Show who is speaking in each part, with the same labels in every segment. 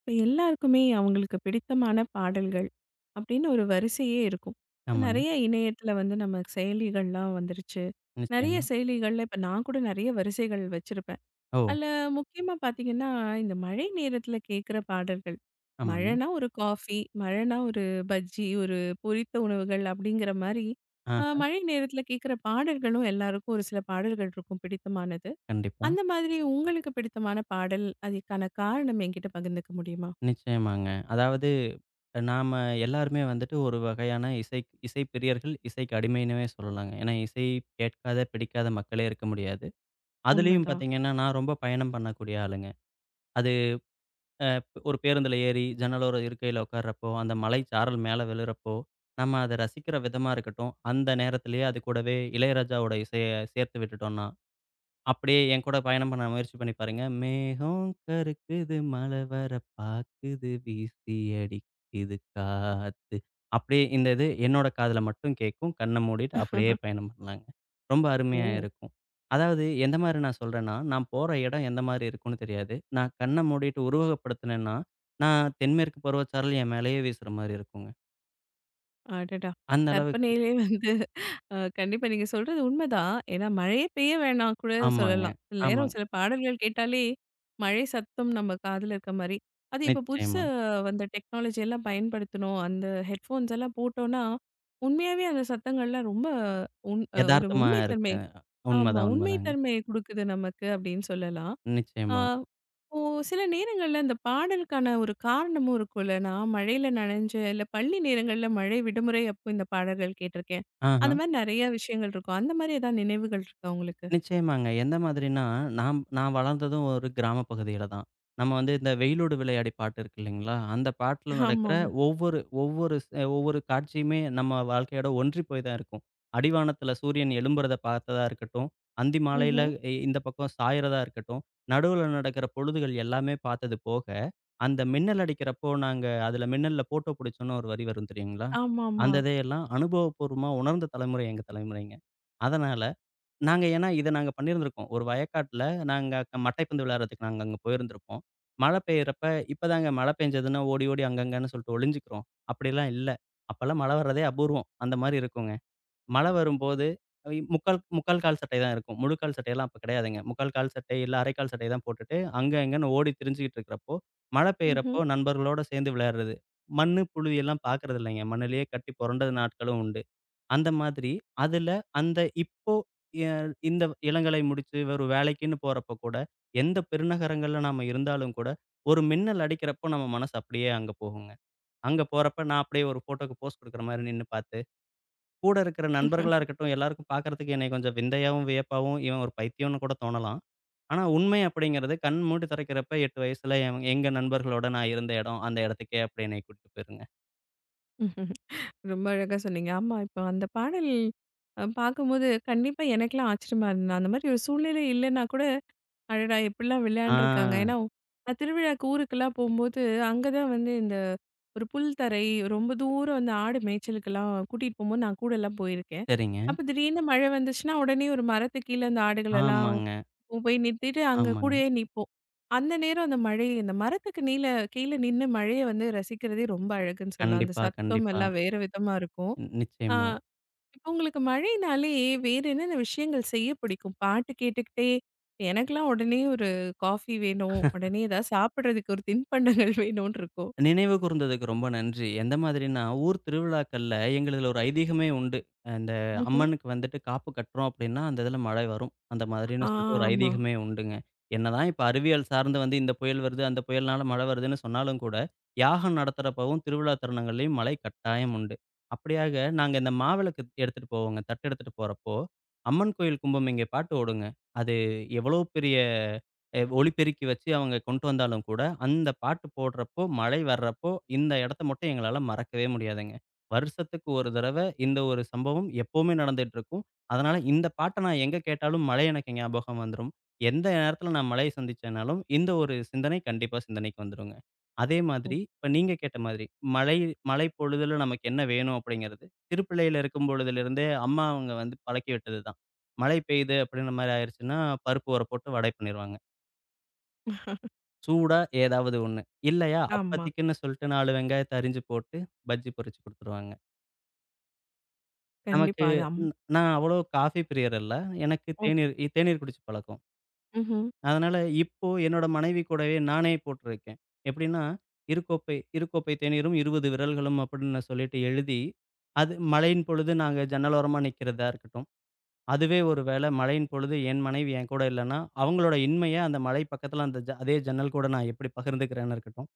Speaker 1: இப்ப எல்லாருக்குமே அவங்களுக்கு பிடித்தமான பாடல்கள் அப்படின்னு ஒரு வரிசையே இருக்கும். இப்ப
Speaker 2: ஆமாங்க.
Speaker 1: நெறைய இணையத்துல வந்து நம்ம செயலிகள்லாம் வந்துருச்சு. நெறைய
Speaker 2: நிச்சயமா.
Speaker 1: செயலிகள்ல இப்ப நான் கூட நெறைய வரிசைகள் வச்சிருப்பேன்.
Speaker 2: ஓ!
Speaker 1: அதுல முக்கியமா பார்த்தீங்கன்னா, இந்த மழை நேரத்துல கேட்குற பாடல்கள்.
Speaker 2: ஆமாங்க.
Speaker 1: மழைன்னா ஒரு காஃபி, மழைன்னா ஒரு பஜ்ஜி, ஒரு பொரித்த உணவுகள் அப்படிங்கிற மாரி,
Speaker 2: ஆ
Speaker 1: மழை நேரத்துல கேட்குற பாடல்களும் எல்லாருக்கும் ஒரு சில பாடல்கள் இருக்கும் பிடித்தமானது.
Speaker 2: கண்டிப்பா.
Speaker 1: அந்த மாதிரி உங்களுக்கு பிடித்தமான பாடல், அதுக்கான காரணம் என்கிட்ட பகிர்ந்துக்க முடியுமா?
Speaker 2: நிச்சயமாங்க. அதாவது நாம எல்லாருமே வந்துட்டு ஒரு வகையான இசை இசை பிரியர்கள், இசைக்கு அடிமைன்னுவே சொல்லலாங்க. ஏன்னா இசை கேட்காத, பிடிக்காத மக்களே இருக்க முடியாது. அதுலயும்
Speaker 1: உண்மைதான்.
Speaker 2: பார்த்தீங்கன்னா, நான் ரொம்ப பயணம் பண்ணக்கூடிய ஆளுங்க. அது அ ஒரு பேருந்துல ஏறி, ஜன்னலோர இருக்கையில உட்கார்றப்போ, அந்த மலைச்சாரல் மேல விழுறப்போ, நம்ம அத ரசிக்கிற விதமா இருக்கட்டும், அந்த நேரத்திலேயே அது கூடவே இளையராஜாவோட இசைய சேர்த்து விட்டுட்டோம்னா அப்படியே என்கூட பயணம் பண்ண முயற்சி பண்ணி பாருங்க. மேகம் கருக்குது, மழை வர பாக்குது, வீசி அடிக்குது காத்து. அப்படியே இது என்னோட காதுல மட்டும் கேட்கும். கண்ண மூடிட்டு அப்படியே பயணம் பண்ணலாங்க. ரொம்ப அருமையா
Speaker 1: ஓ!
Speaker 2: இருக்கும். அதாவது எந்த மாரி நான் சொல்றேன்னா, நான் போற இடம் எந்த மாரி இருக்கும்னு தெரியாது. நான் கண்ண மூடிட்டு உருவகப்படுத்துனேன்னா, நான் தென்மேற்கு பருவச்சாரல் என் மேலயே வீசுற மாரி இருக்குங்க.
Speaker 1: அடடா!
Speaker 2: அந்த அளவுக்கு
Speaker 1: கற்பனையிலே வந்து கண்டிப்பா நீங்க சொல்றது உண்மைதான். ஏன்னா மழையே பெய்ய வேணாம் கூட
Speaker 2: ஆமாங்க,
Speaker 1: சொல்லலாம். சில நேரம்
Speaker 2: ஆமாங்க.
Speaker 1: சில பாடல்கள் கேட்டாலே, மழை சத்தம் நம்ம காதுல இருக்க மாரி. அது இப்ப புதுசா
Speaker 2: நிச்சயமா.
Speaker 1: வந்த டெக்னாலஜி எல்லாம் பயன்படுத்தணும். அந்த ஹெட்ஃபோன்ஸ் எல்லாம் போட்டோம்னா, உண்மையாவே அந்த சத்தங்கள்லாம் ரொம்ப உண் அ ஒரு
Speaker 2: எதார்த்தமா
Speaker 1: உண்மைத்தன்மை.
Speaker 2: இருக்கு.
Speaker 1: ஆமா,
Speaker 2: உண்மதான், உண்மதாங்க.
Speaker 1: உண்மைத்தன்மையை குடுக்குது நமக்கு அப்படின்னு சொல்லலாம். ஆ,
Speaker 2: நிச்சயமா.
Speaker 1: இப்போ சில நேரங்கள்ல இந்த பாடலுக்கான ஒரு காரணமும் இருக்கும்ல. நான் மழையில நனைஞ்ச இல்ல பள்ளி நேரங்கள்ல மழை விடுமுறை அப்போ இந்த பாடல்கள் கேட்டிருக்கேன்.
Speaker 2: ஆஹா.
Speaker 1: அந்த மாரி நெறைய விஷயங்கள் இருக்கும். அந்த மாரி ஏதாவது நினைவுகள் இருக்கா உங்களுக்கு?
Speaker 2: நிச்சயமாங்க. எந்த மாதிரின்னா, நான் நான் வளர்ந்ததும் ஒரு கிராம பகுதியில தான். நம்ம வந்து இந்த "வெயிலோடு விளையாடி" பாட்டு இருக்கு இல்லைங்களா? அந்த பாட்டுல நடக்கிற
Speaker 1: ஆமாமா.
Speaker 2: ஒவ்வொரு ஒவ்வொரு ஸ் ஒவ்வொரு காட்சியுமே நம்ம வாழ்க்கையோட ஒன்றி போய் தான் இருக்கும். அடிவானத்துல சூரியன் எழும்புறத பார்த்ததா இருக்கட்டும், அந்தி மாலையில
Speaker 1: ம்ஹ்ம்.
Speaker 2: இந்த பக்கம் சாயறதா இருக்கட்டும், நடுவுல நடக்கிற பொழுதுகள் எல்லாமே பார்த்தது போக, அந்த மின்னல் அடிக்கிறப்போ நாங்க அதுல மின்னல்ல போட்டோ புடிச்சோம்ன்னு ஒரு வரி வரும் தெரியுங்களா?
Speaker 1: ஆமாமா.
Speaker 2: அந்த இதையெல்லாம் அனுபவபூர்வமா உணர்ந்த தலைமுறை எங்க தலைமுறைங்க. அதனால நாங்க ஏன்னா இத நாங்க பண்ணியிருந்திருக்கோம். ஒரு வயக்காட்டுல நாங்க அங்க மட்டைப்பந்து விளையாடுறதுக்கு நாங்க அங்க போயிருந்திருப்போம். மழை பெய்யறப்ப இப்பதாங்க மழை பெஞ்சதுன்னா ஓடி, ஓடி அங்கங்கன்னு சொல்லிட்டு ஒளிஞ்சுக்கிறோம். அப்படிலாம் இல்ல. அப்பல்லாம் மழை வர்றதே அபூர்வம். அந்த மாரி இருக்குங்க. மழை வரும்போது முக்கால் முக்கால் கால் சட்டை தான் இருக்கும். முழு கால் சட்டையெல்லாம் அப்ப கிடையாதுங்க. முக்கால் கால் சட்டை இல்ல அரை கால் சட்டை தான் போட்டுட்டு அங்க, இங்கன்னு ஓடி திரிஞ்சுகிட்டு இருக்கிறப்போ, மழை
Speaker 1: ம்ஹ்ம்.
Speaker 2: பெய்யறப்போ நண்பர்களோட சேர்ந்து விளையாடுறது. மண்ணு, புழுதியெல்லாம் பார்க்கறது இல்லைங்க. மண்ணுலயே கட்டி புரண்டது நாட்களும் உண்டு. அந்த மாதிரி, அதுல அந்த இப்போ எ இந்த இளங்கலை முடிச்சு ஒரு வேலைக்குன்னு போறப்ப கூட, எந்த பெருநகரங்கள்ல நாம இருந்தாலும் கூட, ஒரு மின்னல் அடிக்கிறப்போ நம்ம மனசு அப்படியே அங்க போகுங்க. அங்க போறப்ப நான் அப்படியே ஒரு ஃபோட்டோக்கு போஸ் குடுக்குற மாரி நின்னு பார்த்து, கூட இருக்கிற நண்பர்களா இருக்கட்டும், எல்லாருக்கும் பார்க்கறதுக்கு என்னைய கொஞ்சம் விந்தையாவும், வியப்பாவும், இவன் ஒரு பைத்தியம்னு கூட தோணலாம். ஆனா உண்மை அப்படிங்கிறது கண் மூடி திறக்கிறப்ப 8 வயசுல எங்க நண்பர்களோட நான் இருந்த இடம், அந்த இடத்துக்கே அப்படியே என்னைய கூட்டிட்டு போயிருங்க.
Speaker 1: ரொம்ப அழகா சொன்னீங்க. ஆமா, இப்போ அந்த பாடல் பார்க்கும்போது கண்டிப்பா எனக்கெல்லாம் ஆச்சரியமா இருந்தது. அந்த மாரி ஒரு சூழ்நிலை இல்லன்னா கூட அடடா! எப்படிலாம்
Speaker 2: ஆ,
Speaker 1: விளையாண்டுருக்காங்க. ஏன்னா, நான் திருவிழாக்கு ஊருக்கெல்லாம் போம்போது, அங்க தான் வந்து இந்த ஒரு புல் தரை, ரொம்ப தூரம் வந்து ஆடு மேய்ச்சலுக்கெல்லாம் கூட்டிட்டு போம்போது, நான் கூடலாம் போயிருக்கேன்.
Speaker 2: சரிங்க.
Speaker 1: அப்ப திடீர்னு மழை வந்துச்சுன்னா, உடனே ஒரு மரத்துக்கு கீழ அந்த ஆடுகளெல்லாம்
Speaker 2: ஆமாங்க,
Speaker 1: போய் நிறுத்திட்டு, அங்க
Speaker 2: ஆமாங்க.
Speaker 1: கூடயே நிப்போம். அந்த நேரம் அந்த மழை அந்த மரத்துக்கு நீல கீழ நின்னு மழைய வந்து ரசிக்கிறதே ரொம்ப அழகுன்னு சொல்லலாம். அந்த
Speaker 2: கண்டிப்பா,
Speaker 1: சத்தம்
Speaker 2: கண்டிப்பா.
Speaker 1: எல்லாம் வேற விதமா இருக்கும்.
Speaker 2: நி-
Speaker 1: ஆ,
Speaker 2: நிச்சயமா.
Speaker 1: இப்ப உங்களுக்கு மழைனாலே வேற என்னென்ன விஷயங்கள் செய்ய பிடிக்கும்? பாட்டு கேட்டுக்கிட்டே எனக்கெல்லாம் உடனே ஒரு காஃபி வேணும். உடனே ஏதாவது சாப்பிடுறதுக்கு ஒரு தின்பண்டங்கள் வேணும்னு இருக்கும்.
Speaker 2: நினைவு கூர்ந்ததுக்கு ரொம்ப நன்றி. எந்த மாதிரின்னா, ஊர் திருவிழாக்கள்ல எங்களுதுல ஒரு ஐதீகமே உண்டு. அந்த
Speaker 1: ம்ஹ்ம்.
Speaker 2: அம்மனுக்கு வந்துட்டு காப்பு கட்டுறோம் அப்டின்னா, அந்த இதுல மழை வரும். அந்த மாதிரின்னு சொல்லிட்டு ஒரு
Speaker 1: ஆமா.
Speaker 2: ஐதீகமே உண்டுங்க. என்னதான் இப்ப அறிவியல் சார்ந்து வந்து இந்த புயல் வருது, அந்த புயல்னால மழை வருதுன்னு சொன்னாலும் கூட, யாகம் நடத்துறப்பவும் திருவிழா தருணங்கள்லயும் மழை கட்டாயம் உண்டு. அப்படியாக நாங்க இந்த மாவிளக்கு எடுத்துட்டு போவோங்க. தட்டு எடுத்துட்டு போறப்போ, அம்மன் கோயில் கும்பம் இங்கே பாட்டு ஓடுங்க. அது எவ்வளோ பெரிய ஒலிபெருக்கி வச்சு அவங்க கொண்டு வந்தாலும் கூட, அந்த பாட்டு போடுறப்போ, மழை வர்றப்போ, இந்த இடத்த மட்டும் எங்களால மறக்கவே முடியாதுங்க. வருஷத்துக்கு ஒரு தடவ இந்த ஒரு சம்பவம் எப்பவுமே நடந்துட்டுருக்கும். அதனால இந்த பாட்ட நான் எங்க கேட்டாலும் மழை எனக்கு ஞாபகம் வந்துரும். எந்த நேரத்தில நான் மழைய சந்திச்சேனாலும், இந்த ஒரு சிந்தனை கண்டிப்பா சிந்தனைக்கு வந்துருங்க. அதே
Speaker 1: ஓ.
Speaker 2: மாதிரி இப்ப நீங்க கேட்ட மாதிரி, மழை மழை பொழுதுல நமக்கு என்ன வேணும் அப்படிங்கிறது, சிறுபிள்ளையில இருக்கும் பொழுதிலிருந்தே அம்மா அவங்க வந்து பழக்கி விட்டது தான். மழை பெய்யுது அப்படின்ற மாரி ஆயிருச்சுன்னா, பருப்பு ஊற போட்டு வடை பண்ணிருவாங்க. சூடா ஏதாவது ஒண்ணு. இல்லையா, ம்.
Speaker 1: ஆமா.
Speaker 2: அப்பத்திக்குன்னு சொல்லிட்டு 4 வெங்காயத்த அரிஞ்சு போட்டு, பஜ்ஜி பொரிச்சு குடுத்துருவாங்க. நமக்கு
Speaker 1: கண்டிப்பா. அது அம்.
Speaker 2: ன் நான் அவ்வளோ காஃபி பிரியர் அல்ல. எனக்கு
Speaker 1: ஓ.
Speaker 2: தேநீர் குடிச்சு பழக்கம்.
Speaker 1: ம்ஹ்ம்.
Speaker 2: அதனால இப்போ என்னோட மனைவி கூடவே நானே போட்டுருக்கேன். எப்படின்னா, "இரு கோப்பை இரு கோப்பை தேநீரும் 20 விரல்களும்" அப்படின்னு சொல்லிட்டு எழுதி, அது மழையின் பொழுது நாங்க ஜன்னல் ஓரமா நிக்கிறதா இருக்கட்டும், அதுவே ஒரு வேள மழையின் பொழுது என் மனைவி என் கூட இல்லன்னா, அவங்களோட இன்மைய அந்த மலை பக்கத்துல அந்த ஜ அதே ஜன்னல் கூட நான் எப்படி பகிர்ந்துக்கிறேன்னா இருக்கட்டும்.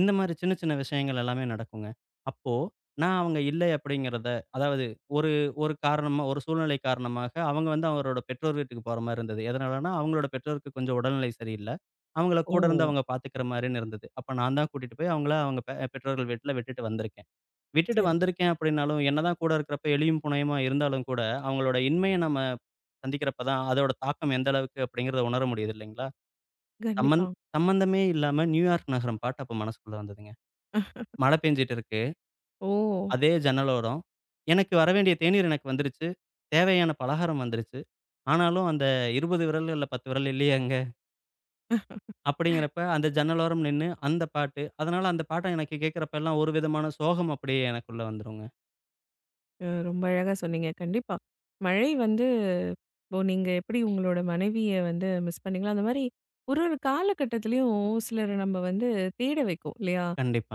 Speaker 2: இந்த மாரி சின்ன, சின்ன விஷயங்கள் எல்லாமே நடக்குங்க. அப்போ நான் அவங்க இல்லை அப்படிங்கிறத அதாவது ஒரு ஒரு காரணமா ஒரு சூழ்நிலை காரணமாக அவங்க வந்து அவரோட பெற்றோர் வீட்டுக்கு போற மாரி இருந்தது. எதனாலன்னா, அவங்களோட பெற்றோருக்கு கொஞ்சம் உடல்நிலை சரியில்ல. அவங்கள
Speaker 1: ஓ!
Speaker 2: கூட இருந்து அவங்க பார்த்துக்கிற மாரின்னு இருந்தது. அப்ப நான் தான் கூட்டிட்டு போய் அவங்க பெற்றோர்கள் வீட்ல விட்டுட்டு வந்திருக்கேன். விட்டுட்டு
Speaker 1: சரி.
Speaker 2: வந்திருக்கேன் அப்படின்னாலும், என்னதான் கூட இருக்கிறப்ப எளியும் புணையுமா இருந்தாலும் கூட, அவங்களோட இன்மைய நம்ம சந்திக்கிறப்ப தான் அதோட தாக்கம் எந்த அளவுக்கு அப்படிங்கிறத உணர முடியுது இல்லைங்களா? சம்மந்
Speaker 1: கண்டிப்பா.
Speaker 2: சம்மந்தமே இல்லாம நியூயார்க் நகரம் பாட்டு அப்ப மனசுக்குள்ள வந்ததுங்க. மழை பெஞ்சுட்டு இருக்கு.
Speaker 1: ஓ!
Speaker 2: அதே ஜன்னலோரம். எனக்கு வர வேண்டிய தேநீர் எனக்கு வந்துருச்சு. தேவையான பலகாரம் வந்துருச்சு. ஆனாலும் அந்த 20 விரல்கள்ல 10 விரல் இல்லையேங்க. அப்படிங்கிறப்ப அந்த ஜன்னலோரம் நின்னு அந்த பாட்டு. அதனால அந்த பாட்ட எனக்கு கேட்கிறப்பலாம் ஒரு விதமான சோகம் அப்படியே எனக்குள்ள வந்துருங்க.
Speaker 1: ரொம்ப அழகா சொன்னீங்க. கண்டிப்பா. மழை வந்து இப்போ நீங்க எப்படி உங்களோட மனைவிய வந்து மிஸ் பண்ணீங்களோ, அந்த மாரி ஒரு ஒரு காலகட்டத்திலயும் சிலர நம்ம வந்து தேட வைக்கும் இல்லையா?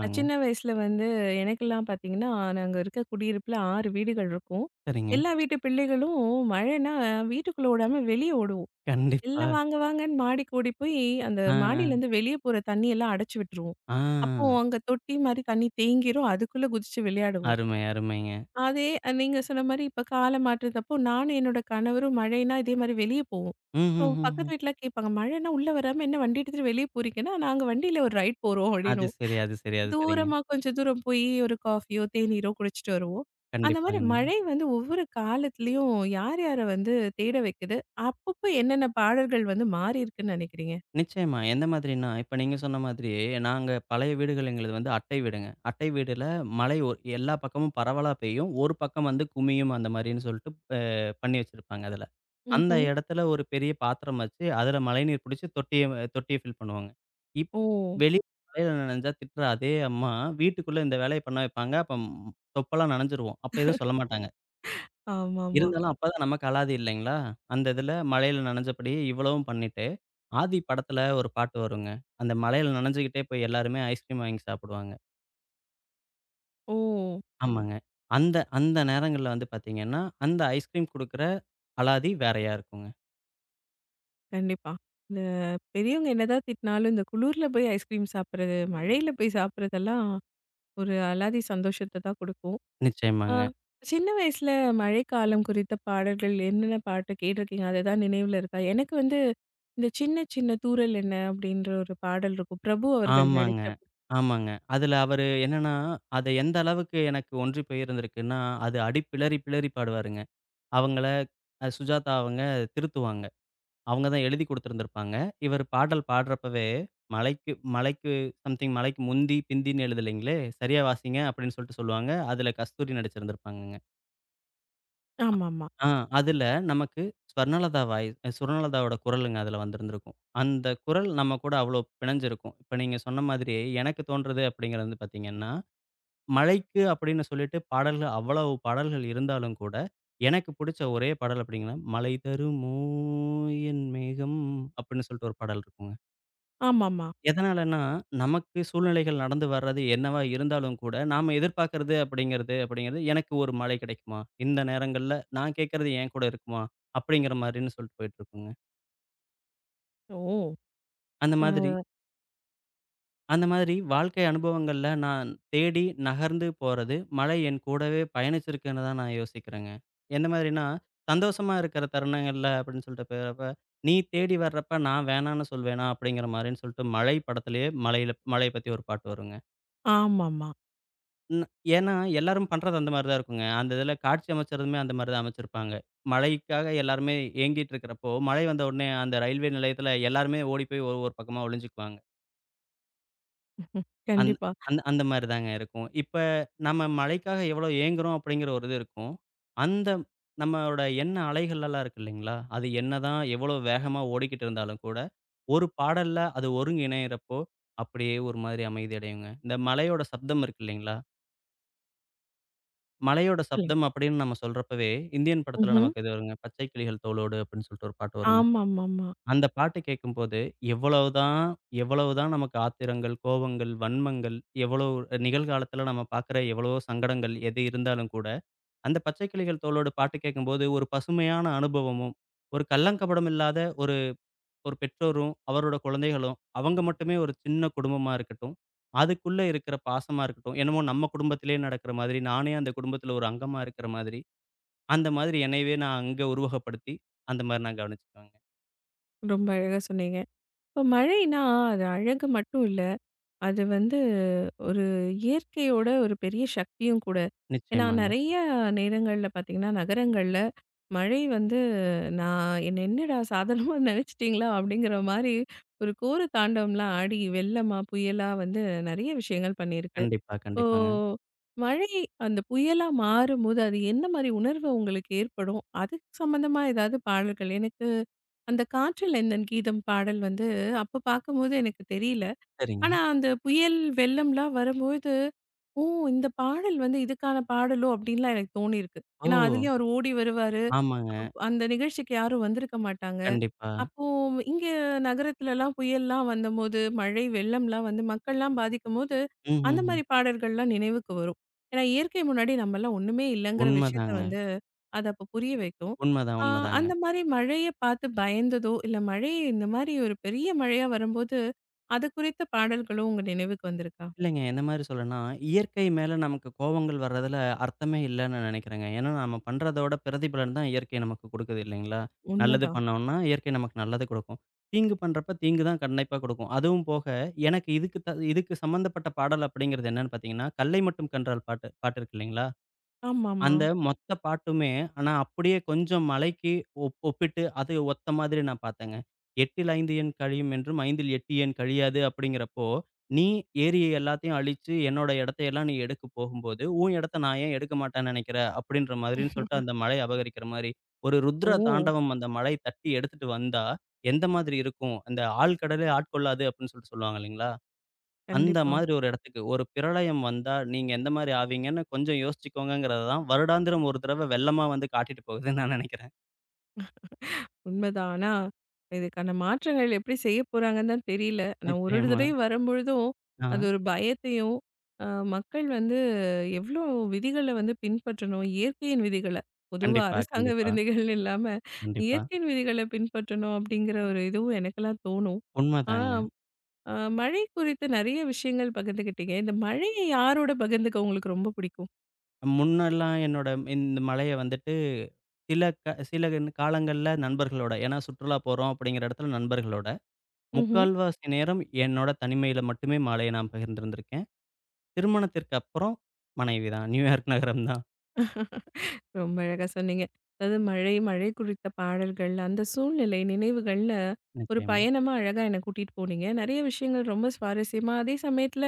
Speaker 1: நான் சின்ன வயசுல வந்து எனக்கெல்லாம் பார்த்தீங்கன்னா, நாங்க இருக்க குடியிருப்புல 6 வீடுகள் இருக்கும்.
Speaker 2: சரிங்க.
Speaker 1: எல்லா வீட்டு பிள்ளைகளும் மழைன்னா வீட்டுக்குள்ள ஓடாம வெளிய ஓடுவோம்.
Speaker 2: கண்டிப்பா.
Speaker 1: எல்லாம் வாங்க வாங்கன்னு மாடிக்கு ஓடி போய் அந்த
Speaker 2: ஆ,
Speaker 1: மாடியிலேருந்து வெளிய போற தண்ணி எல்லாம் அடைச்சு விட்டுருவோம்.
Speaker 2: ஆ,
Speaker 1: அப்போ
Speaker 2: ஆ.
Speaker 1: அங்க தொட்டி மாரி தண்ணி தேங்கிரும். அதுக்குள்ள குதிச்சு விளையாடுவோம்.
Speaker 2: அருமை, அருமைங்க.
Speaker 1: அதே நீங்க சொன்ன மாரி இப்ப கால மாற்றத்தப்போ நானும் என்னோட கணவரும் மழைன்னா இதே மாரி வெளிய போவோம்.
Speaker 2: ம்,
Speaker 1: இப்போ
Speaker 2: ம், ம்,
Speaker 1: பக்கத்து
Speaker 2: ம்.
Speaker 1: வீட்லாம் கேட்பாங்க, "மழைன்னா உள்ள வராம என்ன வண்டி எடுத்துட்டு வெளிய போறீங்கன்னா, நாங்க வண்டியில ஒரு ரைட் போறோம்"
Speaker 2: அது
Speaker 1: அப்டின்னுவோம்.
Speaker 2: சரி, அது சரி, அது சரிங்க.
Speaker 1: தூரமா கொஞ்சம் தூரம் போய் ஒரு காஃபியோ, தேநீரோ குடிச்சிட்டு வருவோம். அந்த மாரி
Speaker 2: கண்டிப்பாங்க.
Speaker 1: மழை வந்து ஒவ்வொரு காலத்துலயும் யார் யார வந்து தேட வைக்குது? அப்பப்போ என்னென்ன பாடல்கள் வந்து மாறியிருக்குன்னு நெனைக்கிறீங்க?
Speaker 2: நிச்சயமா. எந்த மாதிரின்னா, இப்ப நீங்க சொன்ன மாதிரி, நாங்க பழைய வீடுகள் எங்களுது வந்து அட்டை வீடுங்க. அட்டை வீடுல மழை எல்லா பக்கமும் பரவலா பெய்யும். ஒரு பக்கம் வந்து குமியும் அந்த மாரின்னு சொல்ட்டு அ பண்ணி வச்சிருப்பாங்க அதுல. அந்த
Speaker 1: ம்ஹ்ம்.
Speaker 2: இடத்துல ஒரு பெரிய பாத்திரம் வச்சு, அதுல மழைநீர் புடிச்சு தொட்டிய தொட்டிய ஃபில் பண்ணுவாங்க. இப்
Speaker 1: ஓ!
Speaker 2: வெளிய மழையில நனைஞ்சா திட்டுற அதே அம்மா, வீட்டுக்குள்ள இந்த வேலைய பண்ண வைப்பாங்க. அப்ப தொப்பெல்லாம் நனஞ்சிருவோம். அப்ப எதுவும் சொல்ல மாட்டாங்க.
Speaker 1: ஆமாமா.
Speaker 2: இருந்தாலும் அப்பதான் நமக்கு அலாதி இல்லைங்களா? அந்த இதுல மழையில நனஞ்சபடி இவ்வளவும் பண்ணிட்டு, "ஆதி" படத்துல ஒரு பாட்டு வருங்க. அந்த மழையில நனஞ்சுகிட்டே போய் எல்லாருமே ஐஸ்கிரீம் வாங்கி சாப்பிடுவாங்க.
Speaker 1: ஓ!
Speaker 2: ஆமாங்க. அந்த அந்த நேரங்கள்ல வந்து பாத்தீங்கன்னா, அந்த ஐஸ்கிரீம் குடுக்குற அலாதி வேறயா இருக்குங்க.
Speaker 1: கண்டிப்பா. இந்த பெரியவங்க என்னதான் திட்டினாலும், இந்த குளிர்ல போய் ஐஸ்கிரீம் சாப்பிடுறது, மழையில போய் சாப்பிடுறதெல்லாம் ஒரு அலாதி சந்தோஷத்த தான் குடுக்கும். ஆ,
Speaker 2: நிச்சயமாங்க.
Speaker 1: சின்ன வயசுல மழைக்காலம் குறித்த பாடல்கள் என்னென்ன பாட்டு கேட்டிருக்கீங்க? அது ஏதாவது நினைவுல இருக்கா? எனக்கு வந்து இந்த "சின்ன சின்ன தூறல் என்ன" அப்படின்ற ஒரு பாடல் இருக்கும். பிரபு அவர்கள்
Speaker 2: ஆமாங்க,
Speaker 1: நடிச்ச
Speaker 2: ஆமாங்க. அதுல அவரு என்னன்னா, அது எந்த அளவுக்கு எனக்கு ஒன்றி போய் இருந்திருக்குன்னா, அது அடி பிளறி பிளறி பாடுவாருங்க. அவங்கள சுஜாதா அவங்க திருத்துவாங்க. அவங்க தான் எழுதி குடுத்துருந்துருப்பாங்க. இவரு பாடல் பாடுறப்பவே, மழைக்கு மழைக்கு சம்திங் மழைக்கு முந்தி, பிந்தின்னு எழுதலைங்களே! சரியா வாசிங்க அப்படின்னு சொல்லிட்டு சொல்லுவாங்க. அதுல கஸ்தூரி நடிச்சிருந்திருப்பாங்கங்க.
Speaker 1: ஆமாமா,
Speaker 2: ஆ அதுல நமக்கு ஸ்வர்ணலதா வாய் சுவர்ணலதாவோட குரலுங்க அதுல வந்திருந்திருக்கும். அந்த குரல் நம்ம கூட அவ்வளோ பிணைஞ்சிருக்கும். இப்ப நீங்க சொன்ன மாதிரி எனக்கு தோன்றது அப்படிங்கிறது வந்து பார்த்தீங்கன்னா, மழைக்கு அப்படின்னு சொல்லிட்டு பாடல்கள் அவ்வளவு பாடல்கள் இருந்தாலும் கூட, எனக்கு புடிச்ச ஒரே பாடல் அப்படிங்கன்னா, மழை தருமோ என் மேகம் அப்படின்னு சொல்லிட்டு ஒரு பாடல் இருக்குங்க.
Speaker 1: ஆமாமா.
Speaker 2: எதனாலன்னா, நமக்கு சூழ்நிலைகள் நடந்து வர்றது என்னவா இருந்தாலும் கூட, நாம எதிர்பார்க்கிறது அப்படிங்கிறது அப்படிங்கிறது, எனக்கு ஒரு மழை கிடைக்குமா? இந்த நேரங்கள்ல நான் கேட்கறது என் கூட இருக்குமா? அப்படிங்கிற மாரின்னு சொல்லிட்டு போயிட்டுருக்குங்க.
Speaker 1: ஓ!
Speaker 2: அந்த
Speaker 1: அ
Speaker 2: மாதிரி அந்த மாதிரி வாழ்க்கை அனுபவங்கள்ல நான் தேடி நகர்ந்து போறது, மழை என் கூடவே பயணிச்சிருக்குன்னு தான் நான் யோசிக்கிறேங்க. எந்த மாதிரின்னா, சந்தோஷமா இருக்கிற தருணங்கள்ல அப்படின்னு சொல்லிட்டு போயிறப்ப, "நீ தேடி வர்றப்ப நான் வேணான்னு சொல்வேனா?" அப்படிங்கிற மாரின்னு சொல்லிட்டு, மழை படத்திலேயே மழையில மழைய பத்தி ஒரு பாட்டு வருங்க.
Speaker 1: ஆமாமா.
Speaker 2: ம். ஏன்னா, எல்லாரும் பண்றது அந்த மாரி தான் இருக்குங்க. அந்த இதில காட்சி அமைச்சதுமே அந்த மாரி தான் அமைச்சிருப்பாங்க. மழைக்காக எல்லாருமே ஏங்கிட்டு இருக்கிறப்போ, மழை வந்தவுடனே அந்த ரயில்வே நிலையத்தில எல்லாருமே ஓடி போய் ஒரு ஒரு பக்கமா ஒளிஞ்சுக்குவாங்க.
Speaker 1: ம்,
Speaker 2: அந்
Speaker 1: கண்டிப்பா.
Speaker 2: அந்த மாரி தாங்க இருக்கும். இப்ப நம்ம மழைக்காக எவ்வளோ ஏங்குறோம் அப்படிங்கிற ஒரு இது இருக்கும். அந்த நம்மளோட எண்ண அலைகள்லாம் இருக்கு இல்லைங்களா? அது என்னதான் எவ்வளோ வேகமா ஓடிக்கிட்டு இருந்தாலும் கூட, ஒரு பாடல்ல அது ஒருங்கிணையிறப்போ, அப்படியே ஒரு மாதிரி அமைதி அடையுங்க. இந்த மலையோட சப்தம் இருக்கு இல்லைங்களா? மலையோட
Speaker 1: சொல்லுங்க.
Speaker 2: சப்தம் அப்படின்னு நம்ம சொல்றப்பவே, இந்தியன் படத்துல
Speaker 1: ம்ஹ்ம்.
Speaker 2: நமக்கு இது வருங்க. பச்சை கிளிகள் தோளோடு அப்படின்னு சொல்லிட்டு ஒரு பாட்டு வருங்க.
Speaker 1: ஆமாமாமா.
Speaker 2: அந்த பாட்டு கேட்கும்போது, எவ்வளவுதான் எவ்வளவுதான் நமக்கு ஆத்திரங்கள், கோவங்கள், வன்மங்கள், எவ்வளவு நிகழ்காலத்துல நம்ம பார்க்குற எவ்வளவோ சங்கடங்கள் எது இருந்தாலும் கூட, அந்த பச்சை கிளிகள் தோளோடு பாட்டு கேட்கும்போது, ஒரு பசுமையான அனுபவமும், ஒரு கள்ளங்கபடம் இல்லாத ஒரு ஒரு பெற்றோரும், அவரோட குழந்தைகளும், அவங்க மட்டுமே ஒரு சின்ன குடும்பமா இருக்கட்டும். அதுக்குள்ள இருக்கிற பாசமா இருக்கட்டும். என்னமோ நம்ம குடும்பத்திலேயே நடக்கிற மாதிரி, நானே அந்த குடும்பத்துல ஒரு அங்கமா இருக்கிற மாதிரி, அந்த மாதிரி என்னையவே நான் அங்க உருவகப்படுத்தி, அந்த மாரி நான் கவனிச்சுக்குவேங்க.
Speaker 1: ரொம்ப அழகா சொன்னீங்க. இப்ப மழைன்னா, அது அழகு மட்டும் இல்ல. அது வந்து ஒரு இயற்கையோட ஒரு பெரிய சக்தியும் கூட. ஏன்னா
Speaker 2: நிச்சயமாங்க.
Speaker 1: நெறைய நேரங்கள்ல பார்த்தீங்கன்னா, நகரங்கள்ல மழை வந்து நான் என்ன என்னடா சாதாரணமா நெனச்சுட்டீங்களா? அப்படிங்கிற மாரி ஒரு கோர தாண்டவம்லாம் ஆடி வெள்ளமா, புயலா வந்து நெறைய விஷயங்கள் பண்ணியிருக்கு.
Speaker 2: கண்டிப்பா,
Speaker 1: இப்போ
Speaker 2: கண்டிப்பாங்க.
Speaker 1: மழை அந்த புயலா மாறும்போது, அது என்ன மாரி உணர்வு உங்களுக்கு ஏற்படும்? அதுக்கு சம்மந்தமா ஏதாவது பாடல்கள் எனக்கு அந்த "காற்றில் எந்தன் கீதம்" பாடல் வந்து அப்ப பார்க்கும்போது எனக்கு தெரியல.
Speaker 2: சரிங்க.
Speaker 1: ஆனா, அந்த புயல், வெள்ளம்லாம் வரும்போது, "ஓ! இந்த பாடல் வந்து இதுக்கான பாடலோ!" அப்படின்லாம் எனக்கு தோணியிருக்கு.
Speaker 2: ஓ!
Speaker 1: ஏன்னா, அதுலயும் அவரு ஓடி வருவாரு.
Speaker 2: ஆமாங்க.
Speaker 1: அப்ப அந்த நிகழ்ச்சிக்கு யாரும் வந்திருக்க மாட்டாங்க.
Speaker 2: கண்டிப்பா.
Speaker 1: அப்போ இங்க நகரத்துலலாம் புயல்லாம் வந்தம்போது, மழை வெள்ளம்லாம் வந்து மக்கள்லாம் பாதிக்கும்போது, அந்த
Speaker 2: ம்ஹ்ஹ்ம்.
Speaker 1: மாரி பாடல்கள்லாம் நினைவுக்கு வரும். ஏன்னா, இயற்கை முன்னாடி நம்மலாம் ஒண்ணுமே இல்லங்கிற விஷயத்த
Speaker 2: உண்மதாங்க.
Speaker 1: வந்து, அது அப்ப புரிய வைக்கும்.
Speaker 2: உண்மதான்,
Speaker 1: ஆ,
Speaker 2: உண்மதாங்க.
Speaker 1: அந்த மாரி மழைய பார்த்து பயந்ததோ, இல்ல மழை இந்த மாரி ஒரு பெரிய மழையா வரும்போது, அது குறித்த பாடல்களும் உங்க நினைவுக்கு வந்திருக்கா?
Speaker 2: இல்லைங்க என்ன மாரி சொல்றேன்னா, இயற்கை மேல நமக்கு கோவங்கள் வர்றதுல அர்த்தமே இல்லன்னு நினைக்கிறேங்க. ஏன்னா, நம்ம பண்றதோட பிரதிபலன் தான் இயற்கை நமக்கு குடுக்குது இல்லைங்களா? நல்லது
Speaker 1: உண்மதான்.
Speaker 2: பண்ணோம்னா, இயற்கை நமக்கு நல்லது குடுக்கும். தீங்கு பண்றப்ப தீங்கு தான் கண்டிப்பா குடுக்கும். அதுவும் போக, எனக்கு இதுக்கு சம்மந்தப்பட்ட பாடல் அப்படிங்கிறது என்னன்னு பார்த்தீங்கன்னா, "கல்லை மட்டும் கண்டால்" பாட்டு பாட்டு இருக்கு இல்லைங்களா?
Speaker 1: ஆமாமா.
Speaker 2: அந்த மொத்த பாட்டுமே, ஆனா அப்படியே கொஞ்சம் மலைக்கு ஒப்பிட்டு அது ஒத்த மாதிரி நான் பார்த்தேங்க. "எட்டில் ஐந்து எண் கழியும் என்றும், ஐந்தில் எட்டு எண் கழியாது" அப்படிங்கிறப்போ, "நீ ஏறிய எல்லாத்தையும் அழிச்சு, என்னோட இடத்தையெல்லாம் நீ எடுக்க போகும்போது, உன் இடத்த நான் ஏன் எடுக்க மாட்டேன்னு நெனைக்கிற?" அப்படின்ற மாதிரின்னு சொல்லிட்டு அந்த மலை அபகரிக்கிற மாரி, ஒரு ருத்ர
Speaker 1: ஓ!
Speaker 2: தாண்டவம் அந்த மலை தட்டி எடுத்துட்டு வந்தா, எந்த மாதிரி இருக்கும்? அந்த "ஆழ்கடலே ஆட்கொள்ளாது" அப்படின்னு சொல்லிட்டு சொல்லுவாங்க இல்லைங்களா? அந்த
Speaker 1: கண்டிப்பா.
Speaker 2: மாதிரி ஒரு இடத்துக்கு ஒரு பிரளயம் வந்தா, நீங்க எந்த மாரி ஆவீங்கன்னு கொஞ்சம் யோசிச்சுக்கோங்கங்கிறது தான், வருடாந்திரம் ஒரு தடவ வெள்ளமா வந்து காட்டிட்டு போகுதுன்னு நான் நெனைக்கிறேன்.
Speaker 1: உண்மைதான். ஆனா, இதுக்கான மாற்றங்கள் எப்படி செய்ய போறாங்கன்னு தான் தெரியல. நான் ஒரு ஒரு
Speaker 2: நிச்சயமா.
Speaker 1: தடவை வரும்பொழுதும், அது
Speaker 2: ஆ.
Speaker 1: ஒரு பயத்தையும், அ மக்கள் வந்து எவ்ளோ விதிகள வந்து பின்பற்றணும்? இயற்கையின் விதிகள. பொதுவா
Speaker 2: கண்டிப்பா,
Speaker 1: அரசாங்க
Speaker 2: கண்டிப்பா,
Speaker 1: விருதுகள் இல்லாம,
Speaker 2: கண்டிப்பா.
Speaker 1: இயற்கையின் விதிகள பின்பற்றணும் அப்படிங்கிற ஒரு இதுவும் எனக்கெல்லாம் தோணும். ஆ,
Speaker 2: உண்மதாங்க.
Speaker 1: அ மழை குறித்து நெறைய விஷயங்கள் பகிர்ந்துக்கிட்டீங்க. இந்த மழைய யாரோட பகிர்ந்துக்க உங்களுக்கு ரொம்ப பிடிக்கும்?
Speaker 2: முன்னெல்லாம் என்னோட இந்த மலைய வந்துட்டு சில காலங்கள்ல நண்பர்களோட, ஏன்னா சுற்றுலா போறோம் அப்படிங்கிற இடத்துல நண்பர்களோட,
Speaker 1: ம்ஹ்ம்.
Speaker 2: முக்கால்வாசி நேரம் என்னோட தனிமையில மட்டுமே மலைய நான் பகிர்ந்திருந்திருக்கேன். திருமணத்திற்கு அப்புறம் மனைவி தான். நியூயார்க் நகரம் தான்.
Speaker 1: ரொம்ப அழகா சொன்னீங்க. அதாவது மழை, மழை குறித்த பாடல்கள், அந்த சூழ்நிலை, நினைவுகள்ல ஒரு
Speaker 2: நிச்சயமா.
Speaker 1: பயணமா அழகா என்ன கூட்டிட்டு போனீங்க. நெறைய விஷயங்கள் ரொம்ப சுவாரஸ்யமா, அதே சமயத்துல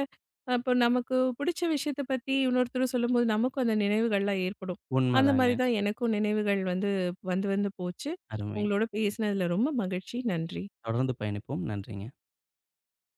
Speaker 1: அப்ப நமக்கு பிடிச்ச விஷயத்த பத்தி இன்னொருத்தரும் சொல்லும்போது, நமக்கும் அந்த நினைவுகள்லாம் ஏற்படும். அந்த மாரி
Speaker 2: உண்மதாங்க.
Speaker 1: தான் எனக்கும் நினைவுகள் வந்து வந்து வந்து போச்சு.
Speaker 2: அருமை.
Speaker 1: உங்களோட பேசினதுல ரொம்ப மகிழ்ச்சி. நன்றி.
Speaker 2: தொடர்ந்து பயணிப்போம். நன்றிங்க.